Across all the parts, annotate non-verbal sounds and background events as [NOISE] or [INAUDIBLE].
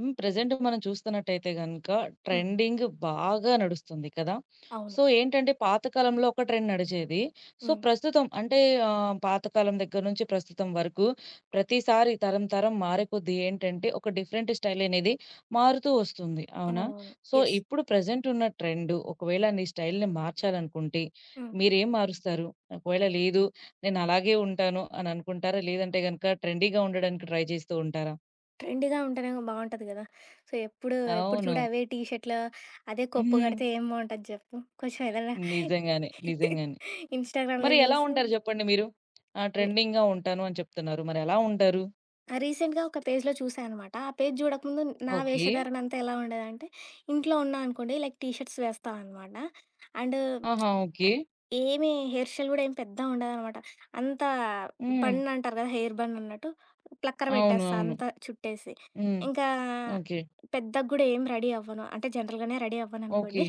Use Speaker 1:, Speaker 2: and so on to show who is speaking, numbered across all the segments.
Speaker 1: హ్మ్. ప్రెజెంట్ మనం చూస్తున్నట్టయితే గనక
Speaker 2: హ్మ్.
Speaker 1: ట్రెండింగ్ బాగా నడుస్తుంది కదా!
Speaker 2: అవును.
Speaker 1: సో, ఏంటంటే పాత కాలంలో ఒక ట్రెండ్ నడిచేది. సో,
Speaker 2: హ్మ్.
Speaker 1: ప్రస్తుతం అంటే పాతకాలం దగ్గర నుంచి ప్రస్తుతం వరకు ప్రతిసారి తరం తరం మారే కొద్దీ ఏంటంటే ఒక డిఫరెంట్ స్టైల్ అనేది మారుతూ వస్తుంది. అవునా?
Speaker 2: అవునవును.
Speaker 1: So,
Speaker 2: yes.
Speaker 1: ఇప్పుడు ప్రెజెంట్ ఉన్న ట్రెండ్ ఒకవేళ నీ స్టైల్‌ని మార్చాలనుకుంటే
Speaker 2: హ్మ్.
Speaker 1: మీరేం మారుస్తారు? ఒకవేళ లేదు నేను అలాగే ఉంటాను అని అనుకుంటారా? లేదంటే గనక ట్రెండీగా ఉండడానికి ట్రై చేస్తూ ఉంటారా?
Speaker 2: ట్రెండీగా ఉంటేనే బావుంటది గదా! సో, ఎప్పుడు ఎప్పుడు
Speaker 1: అవును.
Speaker 2: చూడు అవే టీ షర్ట్‌లు అదే కొప్పు గడితే
Speaker 1: [LAUGHS]
Speaker 2: ఏం బావుంటది జెప్పు. కొంచెం ఏదైనా
Speaker 1: నిజంగానే. నిజంగానే.
Speaker 2: ఇన్‌స్టాగ్రామ్‌లో
Speaker 1: మరి ఎలా
Speaker 2: జూసి
Speaker 1: ఉంటారు జెప్పండి మీరు?
Speaker 2: నే
Speaker 1: ట్రెండింగ్‌గా ఉంటాను అని చెప్తున్నారు. మరి ఎలా ఉంటారు?
Speaker 2: రీసెంట్‌గా ఒక పేజ్‌లో చూసా అనమాట. ఆ పేజ్ జూడకముందు నా
Speaker 1: ఓకే.
Speaker 2: వేషధారణ అంతా ఎలా ఉండేదంటే, ఇంట్లో ఉన్నా అనుకోండి లైక్ టీ షర్ట్స్ వేస్తా అనమాట. అండ్
Speaker 1: ఆహా! ఓకే.
Speaker 2: ఏమి హెయిర్ స్టైల్ గూడా ఏం పెద్దగా ఉండదనమాట. అంత
Speaker 1: హ్మ్.
Speaker 2: బన్ అంటారు గదా! హెయిర్ బన్ అన్నట్టు ప్లక్కర
Speaker 1: అవును.
Speaker 2: పెట్టేస్తా
Speaker 1: అవును.
Speaker 2: అంతా చుట్టేసి.
Speaker 1: హ్మ్.
Speaker 2: ఇంకా
Speaker 1: ఓకే.
Speaker 2: పెద్దగా గూడా ఏం రెడీ అవ్వను. అంటే జనరల్‌గానే రెడీ
Speaker 1: ఓకే.
Speaker 2: అవ్వననుకోండి.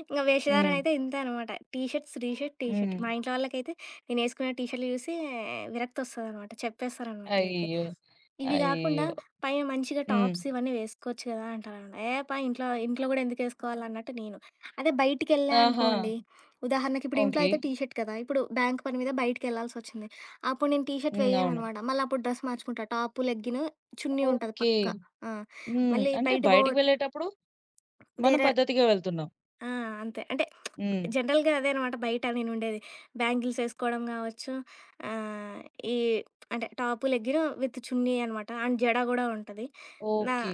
Speaker 2: ఇంగా వేషధారణ
Speaker 1: హ్మ్.
Speaker 2: అయితే ఇంతే అనమాట. టీ షర్ట్, శ్రీ షర్ట్, టీ షర్ట్.
Speaker 1: హ్మ్.
Speaker 2: మా ఇంట్లో వాళ్ళకైతే నేనేసుకునే టీ షర్ట్‌లు చూసి విరక్తొస్తదనమాట. చెప్పేస్తారనమాట లైక్
Speaker 1: అయ్యో!
Speaker 2: ఇవి గాకుండా
Speaker 1: అయ్యో!
Speaker 2: పైన మంచిగా
Speaker 1: హ్మ్.
Speaker 2: టాప్స్ ఇవన్నీ వేసుకోవచ్చు గదా! అంటారనమాట. ఏ అబ్బా! ఇంట్లో ఇంట్లో గూడా ఎందుకేసుకోవాలన్నట్టు నేను. అదే బయటికెళ్ళా
Speaker 1: ఆహా!
Speaker 2: అనుకోండి ఉదాహరణకి ఇప్పుడు ఇంట్లో
Speaker 1: ఓకే.
Speaker 2: అయితే టీ షర్ట్ కదా! ఇప్పుడు బ్యాంక్ పని మీద బయటికెళ్ళాల్సొచ్చింది. అప్పుడు నేను టీ షర్ట్
Speaker 1: హ్మ్. అవును.
Speaker 2: వేయననమాట. మళ్ళీ అప్పుడు డ్రెస్ మార్చుకుంటా. టాప్, లెగ్గిన్, చున్నీ ఉంటది
Speaker 1: ఓకే.
Speaker 2: పక్కా. హ్మ్. ఆ! ఓకే.
Speaker 1: హ్మ్.
Speaker 2: మళ్ళీ
Speaker 1: అంటే
Speaker 2: బయట
Speaker 1: బయటికి వెళ్ళేటప్పుడు మనం
Speaker 2: వేరే
Speaker 1: పద్ధతిగా వెళ్తున్నాం.
Speaker 2: ఆ! అంతే. అంటే
Speaker 1: హ్మ్.
Speaker 2: జనరల్‌గా అదే అనమాట బయట నేనుండేది. బ్యాంగిల్స్ ఏసుకోవడం గావచ్చు, ఆహ్, ఈ అంటే టాపు, లెగ్గిను విత్ చున్నీ అనమాట. అండ్ జడ గూడా ఉంటది. నా
Speaker 1: ఓకే.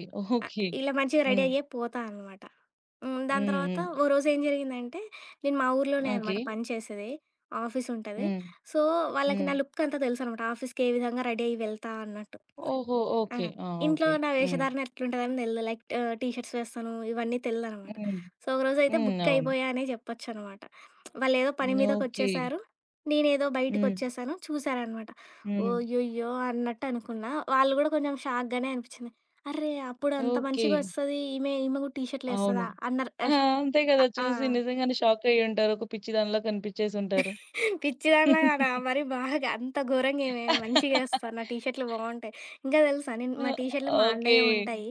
Speaker 2: ఆహ్,
Speaker 1: ఓకే.
Speaker 2: ఇలా మంచిగా రెడీ
Speaker 1: హ్మ్.
Speaker 2: అయ్యే పోతా అనమాట. హ్మ్. దాని
Speaker 1: హ్మ్.
Speaker 2: తర్వాత ఓ
Speaker 1: హ్మ్.
Speaker 2: రోజేం జరిగిందంటే, నేను మా ఊర్లోనే ఆ!
Speaker 1: ఓకే.
Speaker 2: అనమాట పని చేసేది. ఆఫీసుంటది.
Speaker 1: హ్మ్.
Speaker 2: సో, వాళ్ళకి
Speaker 1: హ్మ్.
Speaker 2: నా లుక్ అంతా తెలుసనమాట. ఆఫీస్‌కి ఏ విధంగా రెడీ అయ్యి వెళ్తా అన్నట్టు.
Speaker 1: ఓహో!
Speaker 2: ఆ!
Speaker 1: ఓకే. ఆ!
Speaker 2: ఇంట్లో
Speaker 1: ఓకే.
Speaker 2: నా
Speaker 1: హ్మ్.
Speaker 2: వేషధారణ ఎట్లుంటదని తెలీదు. లైక్ టీ షర్ట్స్ వేస్తాను. ఇవన్నీ తెలీదనమాట.
Speaker 1: హ్మ్.
Speaker 2: సో, ఒకరోజైతే
Speaker 1: హ్మ్.
Speaker 2: బుక్
Speaker 1: అవును.
Speaker 2: అయిపోయా అనే చెప్పొచ్చనమాట. వాళ్ళేదో పని
Speaker 1: ఓకే.
Speaker 2: మీదకొచ్చేసారు. నేనేదో
Speaker 1: హ్మ్.
Speaker 2: బయటికొచ్చేసాను. చూసారనమాట.
Speaker 1: హ్మ్.
Speaker 2: ఓయ్యయ్యో! అన్నట్టు అనుకున్నా. వాళ్ళు గూడా కొంచెం షాక్‌గానే అనిపిచ్చింది. అర్రే! అప్పుడు అంత
Speaker 1: ఓకే.
Speaker 2: మంచిగొస్తది ఈమె ఈమె గూడా టీ
Speaker 1: అవును.
Speaker 2: షర్ట్‌లేస్తదా అన్నారు.
Speaker 1: ఆ! అంతే కదా!
Speaker 2: ఆ!
Speaker 1: చూసి నిజంగానే షాకయ్యుంటారు. ఒక పిచ్చిదానిలా కనిపించేసుంటారు.
Speaker 2: పిచ్చిదానిలా కాదా? మరి బాగా అంత ఘోరంగా ఏమేయను. మంచిగేస్తాను. నా టీ షర్టులు బావుంటాయి. ఇంకా తెలుసా నేను మా
Speaker 1: ఓహ్!
Speaker 2: టీ షర్టులు మా
Speaker 1: ఓకే.
Speaker 2: అన్నయ్యవి ఉంటాయి.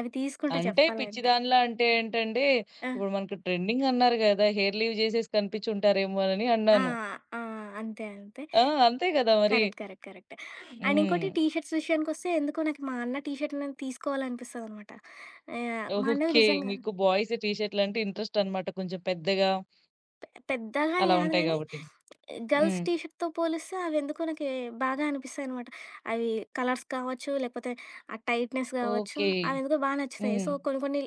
Speaker 2: అవి తీసుకుంటా
Speaker 1: అంటే
Speaker 2: చెప్పాలంటే.
Speaker 1: పిచ్చిదానిలా అంటే ఏంటండి,
Speaker 2: ఆ!
Speaker 1: ఇప్పుడు మనకు ట్రెండింగ్ అన్నారు గదా! హెయిర్ లీవ్ జేసేసి కనిపించుంటారేమోనని
Speaker 2: ఆ!
Speaker 1: అన్నాను.
Speaker 2: ఆ! అంతే. అంతే.
Speaker 1: ఆ! అంతే గదా! మరి.
Speaker 2: కరెక్ట్. కరెక్ట్. కరెక్ట్. అండ్
Speaker 1: హ్మ్.
Speaker 2: ఇంకోటి టీ షర్ట్స్ విషయానికొస్తే ఎందుకో నాకు మా అన్న టీ షర్ట్ నేను తీసుకోవాలనిపిస్తదనమాట. మా అన్నవి
Speaker 1: ఓకే.
Speaker 2: నిజంగా
Speaker 1: మీకు బాయ్స్ టీ షర్ట్‌లంటే ఇంట్రెస్ట్ అన్నమాట. కొంచెం పెద్దగా
Speaker 2: పెద్దగా అని
Speaker 1: అలా
Speaker 2: కాదు
Speaker 1: ఉంటాయి
Speaker 2: కానీ
Speaker 1: గాబట్టి.
Speaker 2: గర్ల్స్
Speaker 1: హ్మ్.
Speaker 2: టీ షర్ట్‌తో పోలిస్తే అవెందుకో నాకి బాగా అనిపిస్తాయనమాట. అవి కలర్స్ కావచ్చు, లేకపోతే ఆ టైట్‌నెస్ కావచ్చు,
Speaker 1: ఓకే.
Speaker 2: అవెందుకో బా నచ్చుతాయి.
Speaker 1: హ్మ్.
Speaker 2: సో, కొన్ని కొన్ని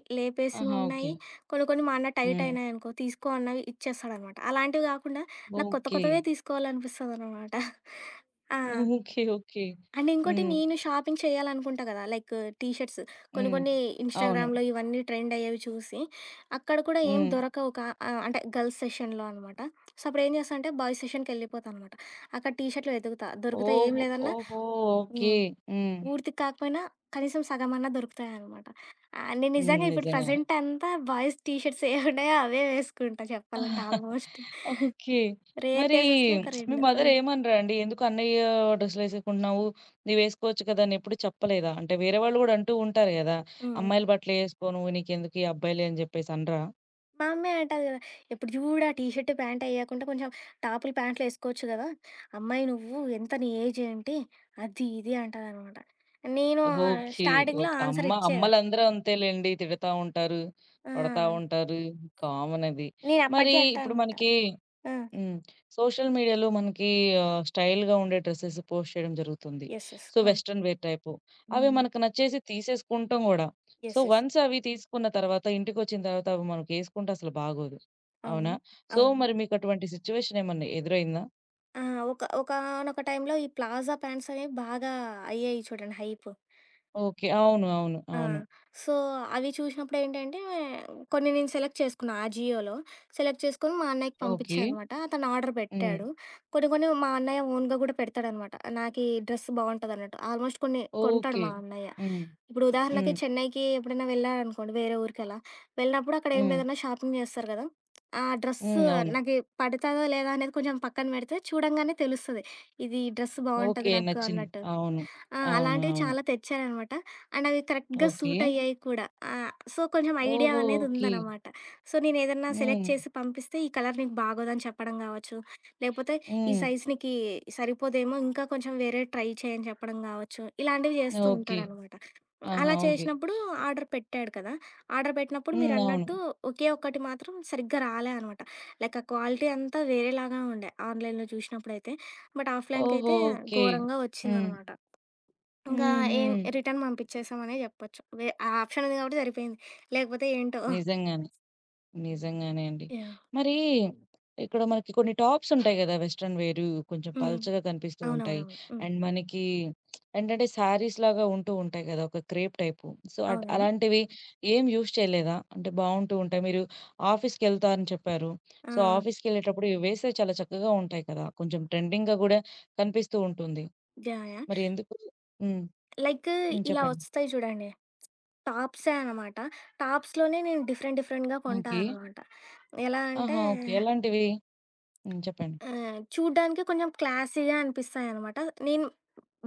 Speaker 1: ఆహా! ఓకే.
Speaker 2: లేపేసినున్నాయి. కొన్ని కొన్ని మా అన్న టైట్
Speaker 1: హ్మ్.
Speaker 2: అయినాయనుకో, తీసుకో అన్నవి ఇచ్చేస్తాడనమాట. అలాంటివి కాకుండా నాకు కొత్త
Speaker 1: ఓకే.
Speaker 2: కొత్తవే తీసుకోవాలనిపిస్తదనమాట. ఆ!
Speaker 1: ఓకే. ఓకే.
Speaker 2: అండ్ ఇంకోటి
Speaker 1: హ్మ్.
Speaker 2: నేను షాపింగ్ చేయాలనుకుంటా కదా! లైక్ టీ షర్ట్స్ కొన్ని
Speaker 1: హ్మ్.
Speaker 2: కొన్ని
Speaker 1: అవును.
Speaker 2: ఇన్‌స్టాగ్రామ్‌లో ఇవన్నీ ట్రెండ్ అయ్యేవి చూసి, అక్కడ కూడా ఏం
Speaker 1: హ్మ్.
Speaker 2: దొరకవు అంటే గర్ల్స్ సెషన్‌లో అనమాట. సో, అప్పుడేం చేస్తా అంటే బాయ్స్ సెషన్‌కెళ్ళిపోతా అనమాట. అక్కడ టీ షర్ట్‌లు వెతుకుతా. దొరుకుతాయి ఏం
Speaker 1: ఓహో!
Speaker 2: లేదన్నా
Speaker 1: ఓహో! ఓకే.
Speaker 2: హ్మ్.
Speaker 1: హ్మ్.
Speaker 2: పూర్తిగా కాకపోయినా కనీసం సగమన్నా దొరుకుతాయనమాట. నేను
Speaker 1: హ్మ్.
Speaker 2: నిజంగా ఇప్పుడు
Speaker 1: నిజంగానే.
Speaker 2: ప్రెజెంట్ అంతా బాయ్స్ టీ షర్ట్స్ ఏవున్నాయో అవే వేసుకుంటా చెప్పాలంటే ఆల్మోస్ట్.
Speaker 1: ఓకే.
Speaker 2: రేర్
Speaker 1: మరి
Speaker 2: కేసెస్‌లో ఒక
Speaker 1: మీ
Speaker 2: 2.
Speaker 1: మదర్
Speaker 2: హ్మ్.
Speaker 1: ఏమనరా అండి? "ఎందుకు అన్నయ్య డ్రెస్సులేసుకుంటున్నావు? నువ్వేసుకోవచ్చు కదా!" అని ఎప్పుడు చెప్పలేదా? అంటే వేరే వాళ్ళు గూడా అంటూ ఉంటారు గదా!
Speaker 2: హ్మ్.
Speaker 1: "అమ్మాయిల బట్టలేసుకో నువ్వు. నీకెందుకు ఈ అబ్బాయిలే" అని జెప్పేసి అనరా?
Speaker 2: మా అమ్మే అంటది గదా! ఎప్పుడు జూడు ఆ టీ షర్ట్, ప్యాంట్ ఎయ్యకుండా కొంచెం టాపులు, ప్యాంట్లు ఎసుకోవచ్చు గదా! అమ్మాయి నువ్వు ఎంత నీ ఏజ్ ఏంటి? అది ఇది అంటదనమాట. నేను
Speaker 1: ఓకే.
Speaker 2: స్టార్టింగ్‌లో
Speaker 1: ఓకే. అమ్మ
Speaker 2: ఆన్సర్ ఇచ్చేది.
Speaker 1: అమ్మలందరూ అంతేలెండి. తిడతా ఉంటారు.
Speaker 2: ఆ!
Speaker 1: కొడతా ఉంటారు. కామన్ అది.
Speaker 2: నేను
Speaker 1: మరి
Speaker 2: అప్పటికే అంటా
Speaker 1: ఇప్పుడు
Speaker 2: అనమాట.
Speaker 1: మనకి
Speaker 2: ఆ!
Speaker 1: హ్మ్. సోషల్ మీడియాలో మనకి స్టైల్‌గా ఉండే డ్రెసెస్ పోస్ట్ చేయడం జరుగుతుంది.
Speaker 2: యెస్. యెస్.
Speaker 1: సో,
Speaker 2: హ్మ్.
Speaker 1: Western wear type. అవి
Speaker 2: హ్మ్.
Speaker 1: మనకు నచ్చేసి తీసేసుకుంటాం గూడా. So,
Speaker 2: yes. యెస్.
Speaker 1: వన్స్ అవి తీసుకున్న తర్వాత ఇంటికొచ్చిన తర్వాత అవి మనకేసుకుంటే అసలు బాగోదు. అవునా?
Speaker 2: అవును.
Speaker 1: సో,
Speaker 2: అవును.
Speaker 1: మరి మీకటువంటి సిట్యుయేషన్ ఏమన్నా ఎదురైందా?
Speaker 2: ఆ! ఒకానొక టైంలో ఈ ప్లాజా ప్యాంట్స్ అనేవి బాగా అయ్యాయి చూడండి హైప్.
Speaker 1: ఓకే. అవును. అవును.
Speaker 2: ఆ!
Speaker 1: అవును.
Speaker 2: సో, అవి చూసినప్పుడేంటంటే, కొన్ని నేను సెలెక్ట్ చేసుకున్నా అజియోలో. సెలెక్ట్ చేసుకొని మా అన్నయ్యకి
Speaker 1: ఓకే.
Speaker 2: పంపిచ్చా అనమాట. అతను ఆర్డర్
Speaker 1: హ్మ్.
Speaker 2: పెట్టాడు. కొన్ని కొన్ని మా అన్నయ్య ఓన్‌గా గూడా పెడతాడనమాట. నాకీ డ్రెస్ బావుంటదన్నట్టు. ఆల్మోస్ట్ కొన్ని కొంటాడు
Speaker 1: ఓకే.
Speaker 2: మా అన్నయ్య.
Speaker 1: హ్మ్.
Speaker 2: ఇప్పుడు ఉదాహరణకి
Speaker 1: హ్మ్.
Speaker 2: చెన్నైకి ఎప్పుడైనా వెళ్ళాడనుకోండి వేరే ఊరికలా, వెళ్ళినప్పుడు అక్కడ ఏం
Speaker 1: హ్మ్.
Speaker 2: లేదన్నా షాపింగ్ జేస్తారు గదా! ఆ డ్రెస్సు
Speaker 1: హ్మ్. అవును.
Speaker 2: నాకి పడతదో లేదా అనేది కొంచెం పక్కన బెడితే చూడంగానే తెలుస్తది. ఇది డ్రెస్
Speaker 1: ఓకే.
Speaker 2: బావుంటది నాకు
Speaker 1: నచ్చింది.
Speaker 2: అన్నట్టు.
Speaker 1: అవును.
Speaker 2: ఆ!
Speaker 1: అవును.
Speaker 2: అలాంటివి
Speaker 1: అవును.
Speaker 2: చాలా తెచ్చాననమాట. అండ్ అవి కరెక్ట్‌గా
Speaker 1: ఓకే.
Speaker 2: సూట్ అయ్యాయి కూడా. సో, కొంచెం ఐడియా
Speaker 1: ఓహో!
Speaker 2: అనేది
Speaker 1: ఓకే.
Speaker 2: ఉందనమాట. సో, నేనేదన్నా
Speaker 1: హ్మ్.
Speaker 2: సెలెక్ట్ చేసి పంపిస్తే, "ఈ కలర్ నీకు బాగోదని" చెప్పడం గావచ్చు, లేపోతే "ఈ
Speaker 1: హ్మ్.
Speaker 2: సైజ్ నీకీ సరిపోదేమో, ఇంకా కొంచెం వేరే ట్రై చెయి" అని చెప్పడం గావచ్చు. ఇలాంటివి చేస్తూ
Speaker 1: ఓకే.
Speaker 2: ఉంటాడనమాట.
Speaker 1: ఆహా!
Speaker 2: అలా
Speaker 1: ఓకే.
Speaker 2: చేషినప్పుడు ఆర్డర్ పెట్టాడు కదా! ఆర్డర్ పెట్టినప్పుడు
Speaker 1: హ్మ్. అవును.
Speaker 2: మీరన్నట్టు ఒకే ఒక్కటి మాత్రం సరిగ్గా రాలే అనమాట. లైక్ ఆ క్వాలిటీ అంతా వేరేలాగా ఉండే ఆన్‌లైన్‌లో చూషినప్పుడైతే. బట్
Speaker 1: ఓహో!
Speaker 2: ఆఫ్‌లైన్‌కైతే
Speaker 1: ఓకే.
Speaker 2: ఘోరంగా
Speaker 1: హ్మ్.
Speaker 2: వచ్చిందనమాట. ఇంకా
Speaker 1: హుహు.
Speaker 2: ఏం రిటర్న్ పంపిచ్చేసామనే జెప్పొచ్చు. వే ఆ ఆప్షన్ ఉంది గాబట్టి సరిపోయింది. లేకపోతే ఏంటో
Speaker 1: నిజంగానే. నిజంగానే అండి.
Speaker 2: యాహ్!
Speaker 1: మరీ ఇక్కడ మనకి కొన్ని టాప్స్ ఉంటాయి గదా! వెస్టర్న్ వేరు కొంచెం
Speaker 2: హ్మ్.
Speaker 1: పల్చగా కనిపిస్తూ ఉంటాయి.
Speaker 2: అవునవునవును. హ్మ్.
Speaker 1: అండ్ మనకి ఏంటంటే శారీస్‌లాగా ఉంటూ ఉంటాయి గదా! ఒక క్రేప్ టైపు. సో,
Speaker 2: అవునవును.
Speaker 1: అలాంటివి ఏం యూజ్ చేయలేదా? అంటే బావుంటూ ఉంటాయి. మీరు ఆఫీస్‌కెళ్తా అని చెప్పారు.
Speaker 2: ఆ!
Speaker 1: సో, ఆఫీస్‌కెళ్ళేటప్పుడు ఇవి వేస్తే చాలా చక్కగా ఉంటాయి కదా! కొంచెం ట్రెండింగ్‌గా గూడా కనిపిస్తూ ఉంటుంది.
Speaker 2: యాహ్! యాహ్!
Speaker 1: మరి ఎందుకు హ్మ్.
Speaker 2: లైక్
Speaker 1: హ్మ్.
Speaker 2: ఇలా
Speaker 1: చెప్పండి.
Speaker 2: వస్తాయి చూడండి. టాప్సే అనమాట. టాప్స్‌లోనే నేను డిఫరెంట్‌గా కొంటా
Speaker 1: ఓకే.
Speaker 2: అనమాట. ఎలా అంటే
Speaker 1: ఆహా! ఓకే. ఎలాంటివి? హ్మ్. చెప్పండి.
Speaker 2: చూడ్డానికి కొంచెం క్లాసీగా అనిపిస్తాయనమాట. నేను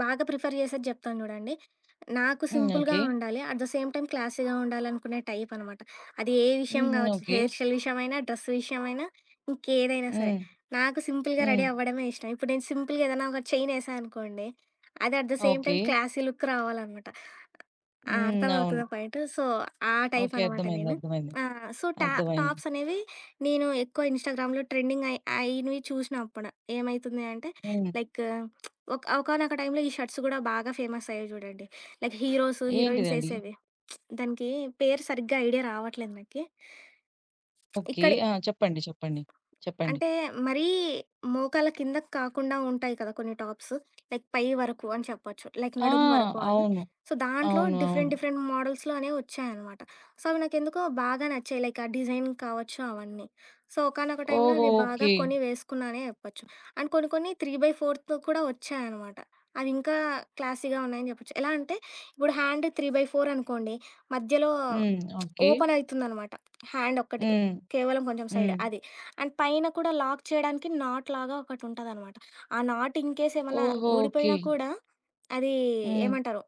Speaker 2: బాగా ప్రిఫర్ చేసేది జెప్తాను జూడండి. నాకు
Speaker 1: హ్మ్.
Speaker 2: సింపుల్‌గా
Speaker 1: ఓకే.
Speaker 2: ఉండాలి. అట్ ద సేమ్ టైమ్ క్లాసీగా ఉండాలనుకునే టైప్ అనమాట. అది ఏ విషయం
Speaker 1: హుహు.
Speaker 2: గావచ్చు.
Speaker 1: ఓకే.
Speaker 2: హెయిర్ స్టైల్ విషయమైనా, డ్రెస్ విషయమైనా, ఇంకేదైనా సరే.
Speaker 1: హ్మ్.
Speaker 2: నాకు సింపుల్‌గా
Speaker 1: హ్మ్.
Speaker 2: రెడీ అవ్వడమే ఇష్టం. ఇప్పుడు నేను సింపుల్‌గా ఏదైనా ఒక చైన్ ఏసా అనుకోండి. అది at the same
Speaker 1: okay.
Speaker 2: Time classy look రావాలనమాట. ఆ!
Speaker 1: హ్మ్. అవును.
Speaker 2: అర్థమవుతదా పాయింట్? సో, ఆ టైప్
Speaker 1: ఓకే.
Speaker 2: అనమాట
Speaker 1: అర్థమైంది.
Speaker 2: నేను.
Speaker 1: అర్థమైంది.
Speaker 2: ఆ! సో,
Speaker 1: అర్థమైంది.
Speaker 2: టాప్స్ అనేవి నేను ఎక్కువ ఇన్‌స్టాగ్రామ్‌లో ట్రెండింగ్ అయినవి చూసినప్పుడు ఏమైతుంది అంటే
Speaker 1: హ్మ్.
Speaker 2: లైక్ ఒకానొక టైంలో ఈ షర్ట్స్ గూడా బాగా ఫేమస్ అయ్యాయి జూడండి. లైక్ హీరోస్, హీరోయిన్స్
Speaker 1: ఏంటిదండి?
Speaker 2: ఏసేవి. దానికి పేరు సరిగ్గా ఐడియా రావట్లేదు నాకి.
Speaker 1: ఓకే.
Speaker 2: ఇక్కడి
Speaker 1: ఆ! చెప్పండి. చెప్పండి. చెప్పండి.
Speaker 2: అంటే మరీ మోకాళ్ళ కిందకి కాకుండా ఉంటాయి కదా కొన్ని టాప్స్. లైక్ పై వరకు అని చెప్పొచ్చు. లైక్
Speaker 1: ఆ!
Speaker 2: నడుము వరకు అని.
Speaker 1: అవును.
Speaker 2: సో, దాంట్లో
Speaker 1: అవును.
Speaker 2: డిఫరెంట్
Speaker 1: అవును.
Speaker 2: డిఫరెంట్ మోడల్స్‌లో అనేవి వచ్చాయనమాట. సో, అవి నాకెందుకో బాగా నచ్చాయి. లైక్ ఆ డిజైన్ కావచ్చు అవన్నీ. సో, ఒకానొక టైంలో
Speaker 1: ఓహో!
Speaker 2: అవి బాగా
Speaker 1: ఓకే.
Speaker 2: కొని వేసుకున్నానే చెప్పొచ్చు. అండ్ కొన్ని కొన్ని 3/4 కూడా వచ్చాయనమాట. అవి ఇంకా క్లాసీగా ఉన్నాయని చెప్పొచ్చు. ఎలా అంటే ఇప్పుడు హ్యాండ్ 3/4 అనుకోండి. మధ్యలో
Speaker 1: హ్మ్. ఓకే.
Speaker 2: ఓపెన్ అయితుందనమాట. హ్యాండ్ ఒక్కటి.
Speaker 1: హ్మ్.
Speaker 2: కేవలం కొంచెం సైడ్
Speaker 1: హ్మ్.
Speaker 2: అది. అండ్ పైన కూడా లాక్ చేయడానికి నాట్ లాగా ఒకటుంటదనమాట. ఆ నాట్ ఇన్‌కేస్ ఏమన్నా ఆహా!
Speaker 1: ఓహో! ఓకే.
Speaker 2: ఊడిపోయినా కూడా అది
Speaker 1: హ్మ్.
Speaker 2: ఏమంటారు?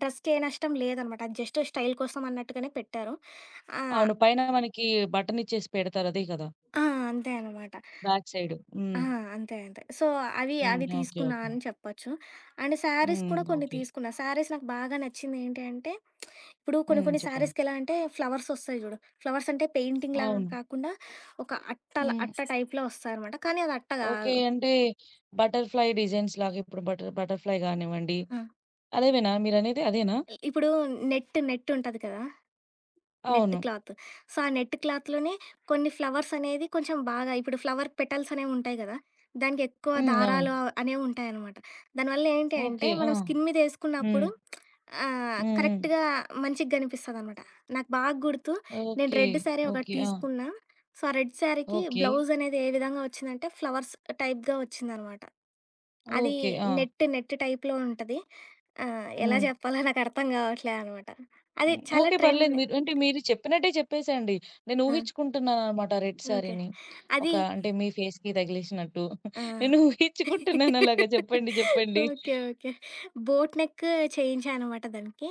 Speaker 2: డ్రెస్‌కి ఏ నష్టం లేదనమాట. అది జస్ట్ స్టైల్ కోసం అన్నట్టుగానే పెట్టారు. ఆ!
Speaker 1: అవును. పైన మనకి బటన్ ఇచ్చేసి పెడతారు. అదే కదా!
Speaker 2: ఆ! అంతే అనమాట.
Speaker 1: Back side.
Speaker 2: ఆ!
Speaker 1: హ్మ్.
Speaker 2: అంతే. అంతే. సో, అవి
Speaker 1: హ్మ్.
Speaker 2: అవి
Speaker 1: ఓకే.
Speaker 2: తీసుకున్నా
Speaker 1: ఓకే.
Speaker 2: అని చెప్పొచ్చు. అండ్ శారీస్
Speaker 1: హ్మ్.
Speaker 2: కూడా కొన్ని
Speaker 1: ఓకే.
Speaker 2: తీసుకున్నా. శారీస్ నాకు బాగా నచ్చింది ఏంటి అంటే, ఇప్పుడు కొన్ని
Speaker 1: హ్మ్.
Speaker 2: కొన్ని
Speaker 1: చెప్పండి.
Speaker 2: శారీస్‌కి ఎలా అంటే ఫ్లవర్స్ ఒస్తాయి జూడు. ఫ్లవర్స్ అంటే పెయింటింగ్ లాగా
Speaker 1: అవును.
Speaker 2: కాకుండా ఒక అట్టల
Speaker 1: హ్మ్.
Speaker 2: అట్ట టైప్‌లో ఒస్తాయనమాట. కానీ అది అట్ట
Speaker 1: ఓకే.
Speaker 2: గాదు.
Speaker 1: అంటే బటర్‌ఫ్లై డిజైన్స్ లాగా ఇప్పుడు బటర్‌ఫ్లై గానివ్వండి
Speaker 2: ఆ!
Speaker 1: అదేవేనా మీరనేది అదేనా?
Speaker 2: ఇప్పుడు నెట్ నెట్ ఉంటది కదా! నెట్
Speaker 1: అవును.
Speaker 2: క్లాత్. సో, ఆ నెట్ క్లాత్‌లోనే కొన్ని ఫ్లవర్స్ అనేది కొంచెం బాగా ఇప్పుడు ఫ్లవర్ పెటల్స్ అనేవుంటాయి గదా! దానికెక్కువ
Speaker 1: హ్మ్. అవును.
Speaker 2: దారాలు అనేవుంటాయనమాట. దానివల్ల ఏంటి అంటే,
Speaker 1: ఓకే. ఆ!
Speaker 2: మనం స్కిన్ మీద
Speaker 1: హ్మ్.
Speaker 2: ఏసుకున్నప్పుడు
Speaker 1: హ్మ్. హ్మ్.
Speaker 2: కరెక్ట్‌గా మంచిగ గనిపిస్తదనమాట. నాకు బాగా గుర్తు నేను
Speaker 1: ఓకే.
Speaker 2: రెడ్ శారీ ఒకటి
Speaker 1: ఓకే. ఆ!
Speaker 2: తీసుకున్నా. సో, ఆ రెడ్ శారీకి
Speaker 1: ఓకే.
Speaker 2: బ్లౌజనేది ఏ విధంగా వచ్చిందంటే, ఫ్లవర్స్ టైప్‌గా వచ్చిందనమాట. అది
Speaker 1: ఓకే. ఆ!
Speaker 2: నెట్ నెట్ టైప్‌లో ఉంటది. ఎలా
Speaker 1: హ్మ్.
Speaker 2: జెప్పాలో నాకర్థం గావట్లే అనమాట. అది
Speaker 1: హ్మ్.
Speaker 2: చాలా
Speaker 1: ఓకే. పర్లేదు.
Speaker 2: ట్రెండ్.
Speaker 1: మీరు అంటే మీరు చెప్పినట్టే చెప్పేసేయండి. నేను
Speaker 2: ఆ!
Speaker 1: ఊహించుకుంటున్నాననమాట రెడ్
Speaker 2: ఓకే.
Speaker 1: శారీని. ఒక
Speaker 2: అది
Speaker 1: అంటే మీ ఫేస్‌కి తగిలేసినట్టు.
Speaker 2: ఆ!
Speaker 1: [LAUGHS] నేను ఊహించుకుంటున్నాను అలాగా చెప్పండి. చెప్పండి.
Speaker 2: ఓకే. ఓకే. బోట్ నెక్ చేయించాననమాట దానికి.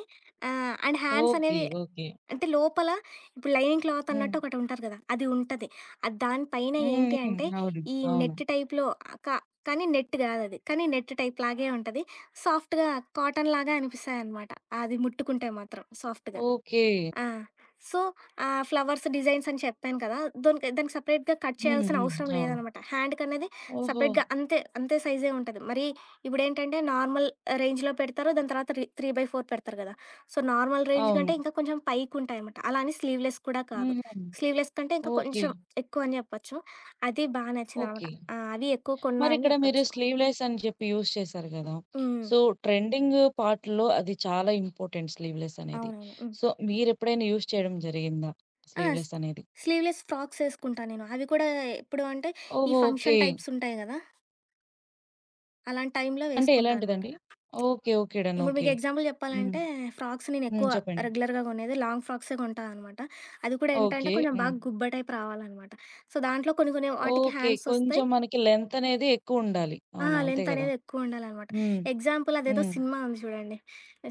Speaker 2: And hands
Speaker 1: okay.
Speaker 2: అనేవి
Speaker 1: ఓకే.
Speaker 2: అంటే లోపల ఇప్పుడు లైనింగ్ క్లాత్
Speaker 1: హ్మ్.
Speaker 2: అన్నట్టు ఒకటుంటది కదా! అది ఉంటది. అది దాని పైన
Speaker 1: హ్మ్.
Speaker 2: ఏంటి
Speaker 1: హ్మ్.
Speaker 2: అంటే
Speaker 1: అవును.
Speaker 2: ఈ
Speaker 1: అవును.
Speaker 2: నెట్ టైప్‌లో క కానీ నెట్ కాదది. కానీ నెట్ టైప్ లాగే ఉంటది. సాఫ్ట్‌గా కాటన్ లాగా అనిపిస్తాయన్నమాట. అది ముట్టుకుంటే మాత్రం సాఫ్ట్‌గా.
Speaker 1: ఓకే.
Speaker 2: ఆ! సో, ఆ ఫ్లవర్స్ డిజైన్స్ అని చెప్పాను కదా! దానికి సెపరేట్‌గా కట్
Speaker 1: హ్మ్.
Speaker 2: చేయాల్సిన
Speaker 1: హ్మ్.
Speaker 2: అవసరం
Speaker 1: అవును.
Speaker 2: లేదనమాట. హ్యాండ్‌కనేది
Speaker 1: ఓహో!
Speaker 2: సెపరేట్‌గా అంతే, అంతే సైజే ఉంటది. మరి ఇప్పుడేంటంటే నార్మల్ రేంజ్‌లో పెడతారు. దాని తర్వాత 3/4 పెడతారు కదా! సో, నార్మల్ రేంజ్
Speaker 1: అవును.
Speaker 2: కంటే ఇంకా కొంచెం పైకుంటాయనమాట. అలా అని స్లీవ్‌లెస్ కూడా కాదు.
Speaker 1: హుహు.
Speaker 2: స్లీవ్‌లెస్ కంటే ఇంకా
Speaker 1: ఓకే.
Speaker 2: కొంచెం ఎక్కువ అని చెప్పొచ్చు. అది బా నచ్చిందనమాట.
Speaker 1: ఓకే.
Speaker 2: ఆ! అవి ఎక్కువ కొన్నా అని
Speaker 1: మరిక్కడ మీరు
Speaker 2: చెప్పొచ్చు.
Speaker 1: స్లీవ్‌లెస్ అని చెప్పి యూజ్ చేశారు గదా!
Speaker 2: హ్మ్.
Speaker 1: సో, ట్రెండింగ్ పార్ట్‌లో అది చాలా ఇంపార్టెంట్ స్లీవ్‌లెస్ అనేది.
Speaker 2: అవునవును. హ్మ్.
Speaker 1: సో, మీరెప్పుడైనా యూజ్ చేయడం జరిగిందా?
Speaker 2: ఆ!
Speaker 1: స్లీవ్‌లెస్ అనేది?
Speaker 2: స్లీవ్‌లెస్ ఫ్రాక్స్ ఏసుకుంటా నేను. అవి కూడా ఎప్పుడు అంటే, ఈ
Speaker 1: ఓహో! ఓకే.
Speaker 2: ఫంక్షన్ టైప్స్ ఉంటాయి కదా! అలాంటి టైంలో
Speaker 1: అంటే
Speaker 2: వేసుకుంటా అనమాట.
Speaker 1: ఎలాంటిదండి? ఓకే. ఓకే. డన్.
Speaker 2: ఇప్పుడు
Speaker 1: ఓకే.
Speaker 2: మీకు ఎగ్జాంపుల్
Speaker 1: హ్మ్.
Speaker 2: చెప్పాలంటే, ఫ్రాక్స్
Speaker 1: హ్మ్.
Speaker 2: నేనెక్కువ
Speaker 1: చెప్పండి.
Speaker 2: రెగ్యులర్‌గా కొనేది లాంగ్ ఫ్రాక్సే కొంటా అనమాట. అది కూడా ఏంటంటే,
Speaker 1: ఓకే.
Speaker 2: కొంచెం
Speaker 1: హ్మ్.
Speaker 2: బాగా గుబ్బ టైప్ రావాలనమాట. సో, దాంట్లో కొన్ని కొన్ని వాటికి
Speaker 1: ఓకే.
Speaker 2: హ్యాండ్స్ వస్తాయి.
Speaker 1: కొంచెం మనకి లెంత్ అనేది ఎక్కువుండాలి.
Speaker 2: ఆ!
Speaker 1: అవునా? అంతే
Speaker 2: లెంత్
Speaker 1: గదా!
Speaker 2: అనేది ఎక్కువుండాలనమాట.
Speaker 1: హ్మ్.
Speaker 2: ఎగ్జాంపుల్ అదేదో
Speaker 1: హ్మ్.
Speaker 2: సినిమా ఉంది చూడండి.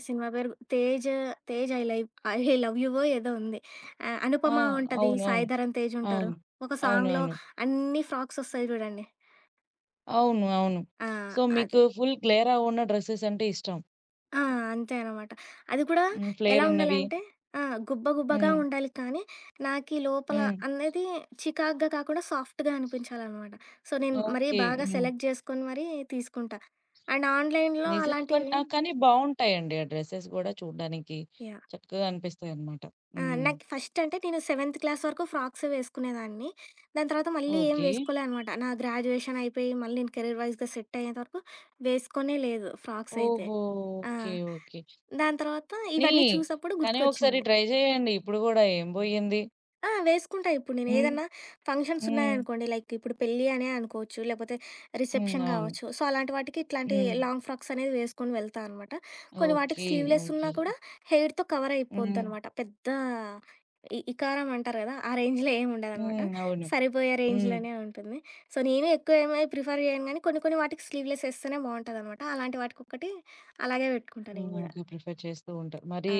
Speaker 2: సినిమా పేరు 'Tej, Tej I live I love you' ఏదో ఉంది.
Speaker 1: ఆ!
Speaker 2: 'అనుపమ' ఉంటది.
Speaker 1: అవునవును.
Speaker 2: 'సాయి ధరమ్ తేజ్' ఉంటారు.
Speaker 1: అవును.
Speaker 2: ఒక సాంగ్‌లో
Speaker 1: అవునవును.
Speaker 2: అన్ని ఫ్రాక్స్ వస్తాయి చూడండి.
Speaker 1: అవును. అవును.
Speaker 2: ఆ!
Speaker 1: సో,
Speaker 2: అది.
Speaker 1: మీకు ఫుల్ గ్లేరా ఉన్న డ్రెసెస్ అంటే ఇష్టం.
Speaker 2: ఆ! అంతే అనమాట. అది కూడా
Speaker 1: హ్మ్.
Speaker 2: ఎలా
Speaker 1: ఫ్లేర్ ఉన్నవి.
Speaker 2: ఉండాలంటే ఆ! గుబ్బ గుబ్బగా
Speaker 1: హ్మ్.
Speaker 2: ఉండాలి కానీ, నాకీ లోపల
Speaker 1: హ్మ్.
Speaker 2: అనేది చికాకుగా కాకుండా సాఫ్ట్‌గా అనిపించాలనమాట. సో, నేను మరీ
Speaker 1: ఓకే.
Speaker 2: బాగా
Speaker 1: హ్మ్.
Speaker 2: సెలెక్ట్ చేసుకొని మరీ తీసుకుంటా. అండ్ ఆన్‌లైన్‌లో
Speaker 1: నిజం కానీ
Speaker 2: అలాంటివి
Speaker 1: ఆ! కానీ బావుంటాయండి. ఆ డ్రెసెస్ గూడా చూడ్డానికి
Speaker 2: యాహ్!
Speaker 1: చక్కగా అనిపిస్తాయన్నమాట.
Speaker 2: ఆ!
Speaker 1: హ్మ్.
Speaker 2: నాకు ఫస్ట్ అంటే నేను సెవెంత్ క్లాస్ వరకు ఫ్రాక్సే వేసుకునేదాన్ని. దాని తర్వాత మళ్ళీ ఏం
Speaker 1: ఓకే.
Speaker 2: వేసుకోలే అనమాట. నా గ్రాడ్యుయేషన్ అయిపోయి మళ్ళీ నేను కెరీర్ వైస్‌గా సెట్ అయ్యేంత వరకు వేసుకోనే లేదు ఫ్రాక్స్ అయితే.
Speaker 1: ఓహో!
Speaker 2: ఆ!
Speaker 1: ఓకే. ఓకే.
Speaker 2: దాని తర్వాత
Speaker 1: కానీ,
Speaker 2: ఇవన్నీ చూసప్పుడు
Speaker 1: కానీ ఒకసారి
Speaker 2: గుర్తుకొచ్చింది.
Speaker 1: ట్రై చేయండి. ఇప్పుడు గూడా ఏం బోయింది.
Speaker 2: ఆ! వేసుకుంటా. ఇప్పుడు
Speaker 1: హ్మ్.
Speaker 2: నేనేదన్నా ఫంక్షన్స్
Speaker 1: హ్మ్.
Speaker 2: ఉన్నాయనుకోండి, లైక్ ఇప్పుడు పెళ్లి అనే అనుకోవచ్చు, లేకపోతే
Speaker 1: హ్మ్.
Speaker 2: రిసెప్షన్
Speaker 1: అవును.
Speaker 2: కావచ్చు. సో, అలాంటి వాటికి ఇట్లాంటి
Speaker 1: హ్మ్.
Speaker 2: లాంగ్ ఫ్రాక్స్ అనేది వేసుకొని వెళ్తా అనమాట. కొన్ని వాటికి
Speaker 1: ఓకే.
Speaker 2: Sleeveless
Speaker 1: okay.
Speaker 2: ఉన్నా కూడా హెయిర్‌తో కవర్
Speaker 1: హ్మ్.
Speaker 2: అయిపోద్దనమాట. పెద్ద ఇకారం అంటారు కదా! ఆ రేంజ్‌లో ఏమి ఉండదనమాట.
Speaker 1: హ్మ్. అవును.
Speaker 2: సరిపోయే
Speaker 1: హ్మ్.
Speaker 2: రేంజ్‌లోనే ఉంటుంది. సో, నేను ఎక్కువ ఏమీ ప్రిఫర్ చేయను గానీ, కొన్ని కొన్ని వాటికి స్లీవ్‌లెస్ ఏస్తేనే బావుంటదనమాట. అలాంటి వాటికొక్కటి అలాగే పెట్టుకుంటా
Speaker 1: హ్మ్.
Speaker 2: నేను గూడా.
Speaker 1: ఓకే. ప్రిఫర్ చేస్తూ ఉంటారు. మరి
Speaker 2: ఆ!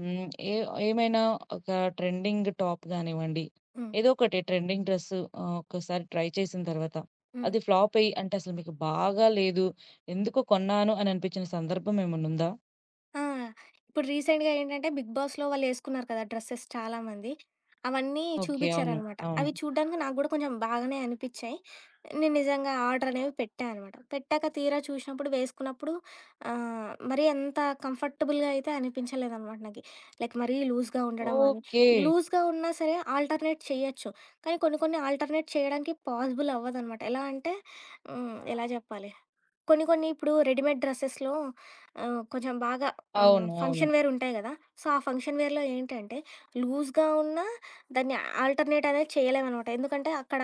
Speaker 1: హ్మ్. ఏ ఏమైనా ఒక ట్రెండింగ్ టాప్ గానివ్వండి,
Speaker 2: హ్మ్.
Speaker 1: ఏదో ఒకటి ట్రెండింగ్ డ్రెస్ ఒక్కసారి ట్రై చేసిన తర్వాత,
Speaker 2: హ్మ్.
Speaker 1: అది ఫ్లాప్ అయ్యి అంటే అసలు మీకు బాగా లేదు. ఎందుకు కొన్నాను అని అనిపించిన సందర్భం ఏమన్నా ఉందా?
Speaker 2: ఆ! ఇప్పుడు రీసెంట్‌గా ఏంటంటే 'బిగ్ బాస్‌లో' వాళ్ళేసుకున్నారు కదా! డ్రెసెస్ చాలా మంది. అవన్నీ
Speaker 1: ఓకే. అవును.
Speaker 2: చూపిచ్చారనమాట.
Speaker 1: అవును.
Speaker 2: అవి చూడ్డానికి నాకు గూడా కొంచెం బాగానే అనిపిచ్చాయి. నేను నిజంగా ఆర్డర్ అనేవి పెట్టా అనమాట. పెట్టాక తీరా చూసినప్పుడు, వేసుకున్నప్పుడు మరీ అంత కంఫర్టబుల్‌గా అయితే అనిపించలేదనమాట నాకి. లైక్ మరీ లూజ్‌గా ఉండడం గానీ,
Speaker 1: ఓకే.
Speaker 2: లూజ్‌గా ఉన్నా సరే ఆల్టర్‌నేట్ చెయ్యొచ్చు. కానీ కొన్ని కొన్ని ఆల్టర్‌నేట్ చేయడానికి పాసిబుల్ అవ్వదనమాట. ఎలా అంటే హ్మ్. ఎలా జెప్పాలి? కొన్ని కొన్ని ఇప్పుడు రెడీమేడ్ డ్రెస్సెస్‌లో ఆహ్, కొంచెం బాగా ఆహ్,
Speaker 1: అవును. అవును.
Speaker 2: ఫంక్షన్ వేర్ ఉంటాయి గదా! సో, ఆ ఫంక్షన్ వేర్‌లో ఏంటంటే లూజ్‌గా ఉన్నా దాన్ని ఆల్టర్‌నేట్ అనేది చేయలేమనమాట. ఎందుకంటే అక్కడ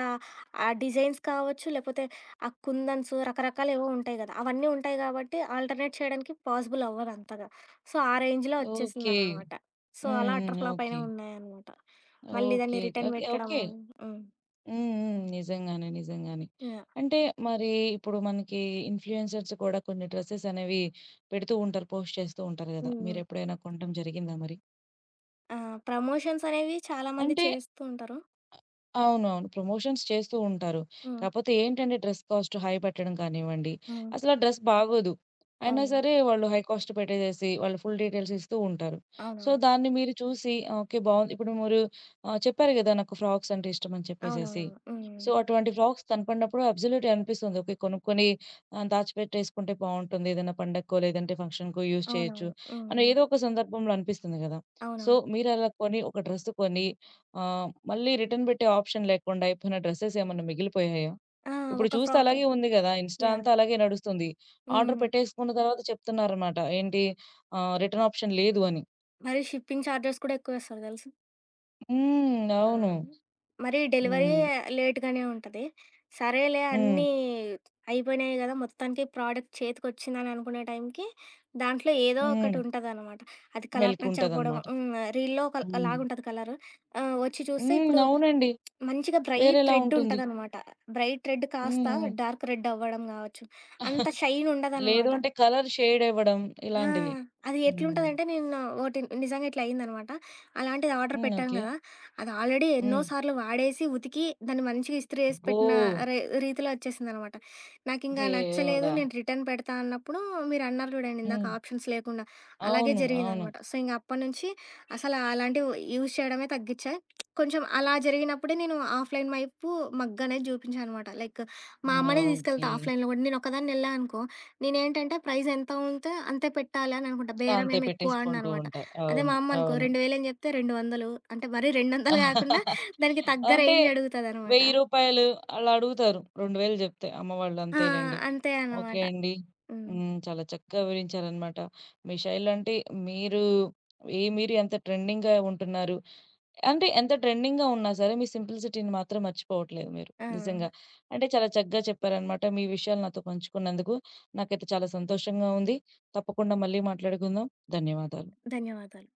Speaker 2: ఆ డిజైన్స్ కావచ్చు, లేకపోతే ఆ కుందన్స్ రకరకాలేవో ఉంటాయి గదా! అవన్నీ ఉంటాయి గాబట్టి ఆల్టర్‌నేట్ చేయడానికి పాసిబుల్ అవ్వదంతగా. సో, ఆ రేంజ్‌లో
Speaker 1: ఓకే.
Speaker 2: వచ్చేసిందనమాట. సో,
Speaker 1: హ్మ్.
Speaker 2: అలా అటర్
Speaker 1: హ్మ్.
Speaker 2: Flop
Speaker 1: okay.
Speaker 2: అయినవి ఉన్నాయనమాట. మళ్ళీ
Speaker 1: ఓకే.
Speaker 2: దాన్ని రిటర్న్
Speaker 1: ఓకే. ఓకే.
Speaker 2: పెట్టడము. హ్మ్.
Speaker 1: హ్మ్. హ్మ్. నిజంగానే. నిజంగానే.
Speaker 2: యాహ్!
Speaker 1: అంటే మరి ఇప్పుడు మనకి ఇన్‌ఫ్లుయెన్సర్స్ కూడా కొన్ని డ్రెసెస్ అనేవి పెడుతూ ఉంటారు. పోస్ట్ చేస్తూ ఉంటారు గదా!
Speaker 2: హ్మ్. హ్మ్.
Speaker 1: మీరెప్పుడైనా కొనటం జరిగిందా మరి?
Speaker 2: ఆ! ప్రమోషన్స్ అనేవి చాలామంది
Speaker 1: అంటే
Speaker 2: చేస్తూ ఉంటారు.
Speaker 1: అవునవును. ప్రమోషన్స్ చేస్తూ ఉంటారు.
Speaker 2: హ్మ్.
Speaker 1: కాపోతే ఏంటంటే డ్రెస్ కాస్ట్ హై పెట్టడం కానివ్వండి,
Speaker 2: హ్మ్.
Speaker 1: అసలా డ్రెస్ బాగోదు. అయినా
Speaker 2: అవును.
Speaker 1: సరే వాళ్ళు హై కాస్ట్ పెట్టేసేసి వాళ్ళు ఫుల్ డీటెయిల్స్ ఇస్తూ ఉంటారు. సో,
Speaker 2: అవునవును.
Speaker 1: దాన్ని మీరు చూసి ఓకే. బావుంది. ఇప్పుడు మీరు చెప్పారు గదా! నాకు ఫ్రాక్స్ అంటే ఇష్టమని చెప్పేసేసి.
Speaker 2: అవునవునవును. హ్మ్.
Speaker 1: సో, అటువంటి ఫ్రాక్స్ కనపడినప్పుడు అబ్సల్యూట్‌లీ అనిపిస్తుంది. ఓకే. కొనుక్కొని దాచిపెట్టేసుకుంటే బావుంటుంది. ఏదైనా పండక్కో, లేదంటే ఫంక్షన్‌కో యూజ్ చేయొచ్చు
Speaker 2: అవునవును.
Speaker 1: అని
Speaker 2: హ్మ్.
Speaker 1: ఏదో ఒక సందర్భంలో అనిపిస్తుంది గదా! సో,
Speaker 2: అవునవును.
Speaker 1: మీరలా కొని ఒక డ్రెస్ కొని ఆ! మళ్ళీ రిటర్న్ పెట్టే ఆప్షన్ లేకుండా అయిపోయిన డ్రెసెస్ ఏమన్నా మిగిలిపోయాయా?
Speaker 2: ఆ!
Speaker 1: ఇప్పుడు
Speaker 2: ఒక
Speaker 1: చూస్తే
Speaker 2: ఫ్రాక్
Speaker 1: అలాగే ఉంది గదా! ఇన్‌స్టా అంతా
Speaker 2: యాహ్!
Speaker 1: అలాగే నడుస్తుంది. ఆర్డర్
Speaker 2: హ్మ్.
Speaker 1: పెట్టేసుకున్న తర్వాత చెప్తున్నారన్నమాట. ఏంటి రిటర్న్ ఆప్షన్ లేదు అని.
Speaker 2: మరి షిప్పింగ్ చార్జెస్ కూడా ఎక్కువేస్తారు తెలుసా?
Speaker 1: హ్మ్.
Speaker 2: ఆ!
Speaker 1: అవును.
Speaker 2: మరి డెలివరీ
Speaker 1: హ్మ్.
Speaker 2: లేట్‌గానే ఉంటది. సరేలే
Speaker 1: హ్మ్.
Speaker 2: అన్నీ అయిపోయినాయి గదా! మొత్తానికి ప్రోడక్ట్ చేతికొచ్చిందని అనుకునే టైంకి దాంట్లో ఏదో ఒకటి
Speaker 1: హ్మ్.
Speaker 2: ఉంటదనమాట. అది కలర్
Speaker 1: మెలిక
Speaker 2: నచ్చకపోవడం
Speaker 1: ఉంటదన్నమాట.
Speaker 2: హ్మ్. రీల్‌లో
Speaker 1: హ్మ్.
Speaker 2: ఒకలాగుంటది కలరు. వచ్చి చూస్తే
Speaker 1: హ్మ్.
Speaker 2: ఇప్పుడు
Speaker 1: అవునండి.
Speaker 2: మంచిగా బ్రైట్
Speaker 1: వేరేలా
Speaker 2: రెడ్
Speaker 1: ఉంటుంది.
Speaker 2: ఉంటదనమాట. బ్రైట్ రెడ్
Speaker 1: హ్మ్.
Speaker 2: కాస్త
Speaker 1: హ్మ్.
Speaker 2: డార్క్ రెడ్ అవ్వడం గావచ్చు. అంత షైన్
Speaker 1: లేదు
Speaker 2: ఉండదనమాట.
Speaker 1: అంటే కలర్ షేడ్ ఇవ్వడం
Speaker 2: ఆ!
Speaker 1: ఇలాంటివి.
Speaker 2: అది
Speaker 1: హ్మ్.
Speaker 2: ఎట్లుంటదంటే నేను ఒకటి నిజంగా ఇట్లా అయిందనమాట. అలాంటిది ఆర్డర్
Speaker 1: హ్మ్.
Speaker 2: పెట్టాను
Speaker 1: ఓకే.
Speaker 2: గదా! అది ఆల్రెడీ ఎన్నో
Speaker 1: హ్మ్.
Speaker 2: సార్లు వాడేసి, ఉతికి దాన్ని మంచిగా ఇస్త్రీ ఏసి
Speaker 1: అబ్బో!
Speaker 2: పెట్టిన రే రీతిలో వచ్చేసిందనమాట. నాకింకా నచ్చలేదు.
Speaker 1: దేవుడా!
Speaker 2: నేను రిటర్న్ పెడతా అన్నప్పుడు మీరన్నారు చూడండి ఇందాక
Speaker 1: హ్మ్.
Speaker 2: ఆప్షన్స్ లేకుండా, అలాగే
Speaker 1: అవును. అవును.
Speaker 2: జరిగిందనమాట. సో, ఇంక అప్పటినుంచి అసలు అలాంటివి యూజ్ చేయడమే తగ్గిచ్చా. కొంచెం అలా జరిగినప్పుడే నేను ఆఫ్‌లైన్ వైపు మగ్గనేది జూపించా అనమాట. లైక్ మా
Speaker 1: హ్మ్.
Speaker 2: అమ్మనే తీసుకెళ్తా
Speaker 1: ఓకే.
Speaker 2: ఆఫ్‌లైన్‌లో గూడా. నేనొక్కదాన్నెళ్ళా అనుకో నేనేంటంటే ప్రైజ్ ఎంత ఉంటే అంతే పెట్టాలి అని అనుకుంటా. బేరం
Speaker 1: అంతే
Speaker 2: ఏమి ఎక్కువ
Speaker 1: పెట్టేసుకుంటూ
Speaker 2: ఆడననమాట.
Speaker 1: ఉంటారు.
Speaker 2: అదే
Speaker 1: అవును.
Speaker 2: మా అమ్మ అనుకో
Speaker 1: అవును.
Speaker 2: 2000 అని చెప్తే 200 అంటే మరీ 200 కాకుండా
Speaker 1: [LAUGHS]
Speaker 2: దానికి తగ్గ
Speaker 1: అంటే
Speaker 2: రేంజ్
Speaker 1: రూ.
Speaker 2: అడుగుతదనమాట.
Speaker 1: 1000 అలా అడుగుతారు. 2000 చెప్తే అమ్మవాళ్ళు
Speaker 2: ఆ!
Speaker 1: అంతేలెండి.
Speaker 2: అంతే
Speaker 1: ఓకే
Speaker 2: అన్నమాట.
Speaker 1: అండి.
Speaker 2: హ్మ్.
Speaker 1: హ్మ్. చాలా చక్కగా వివరించారనమాట. మీ శైలి అంటే మీరు ఏ మీరు ఎంత ట్రెండింగ్‌గా ఉంటున్నారు. అంటే ఎంత ట్రెండింగ్‌గా ఉన్నా సరే మీ సింప్లిసిటీని మాత్రం మర్చిపోవట్లేదు మీరు.
Speaker 2: ఆ!
Speaker 1: నిజంగా. అంటే చాలా చక్కగా చెప్పారనమాట. మీ విషయాలు నాతో పంచుకున్నందుకు నాకైతే చాలా సంతోషంగా ఉంది. తప్పకుండా మళ్ళీ మాట్లాడుకుందాం. ధన్యవాదాలు.
Speaker 2: ధన్యవాదాలు.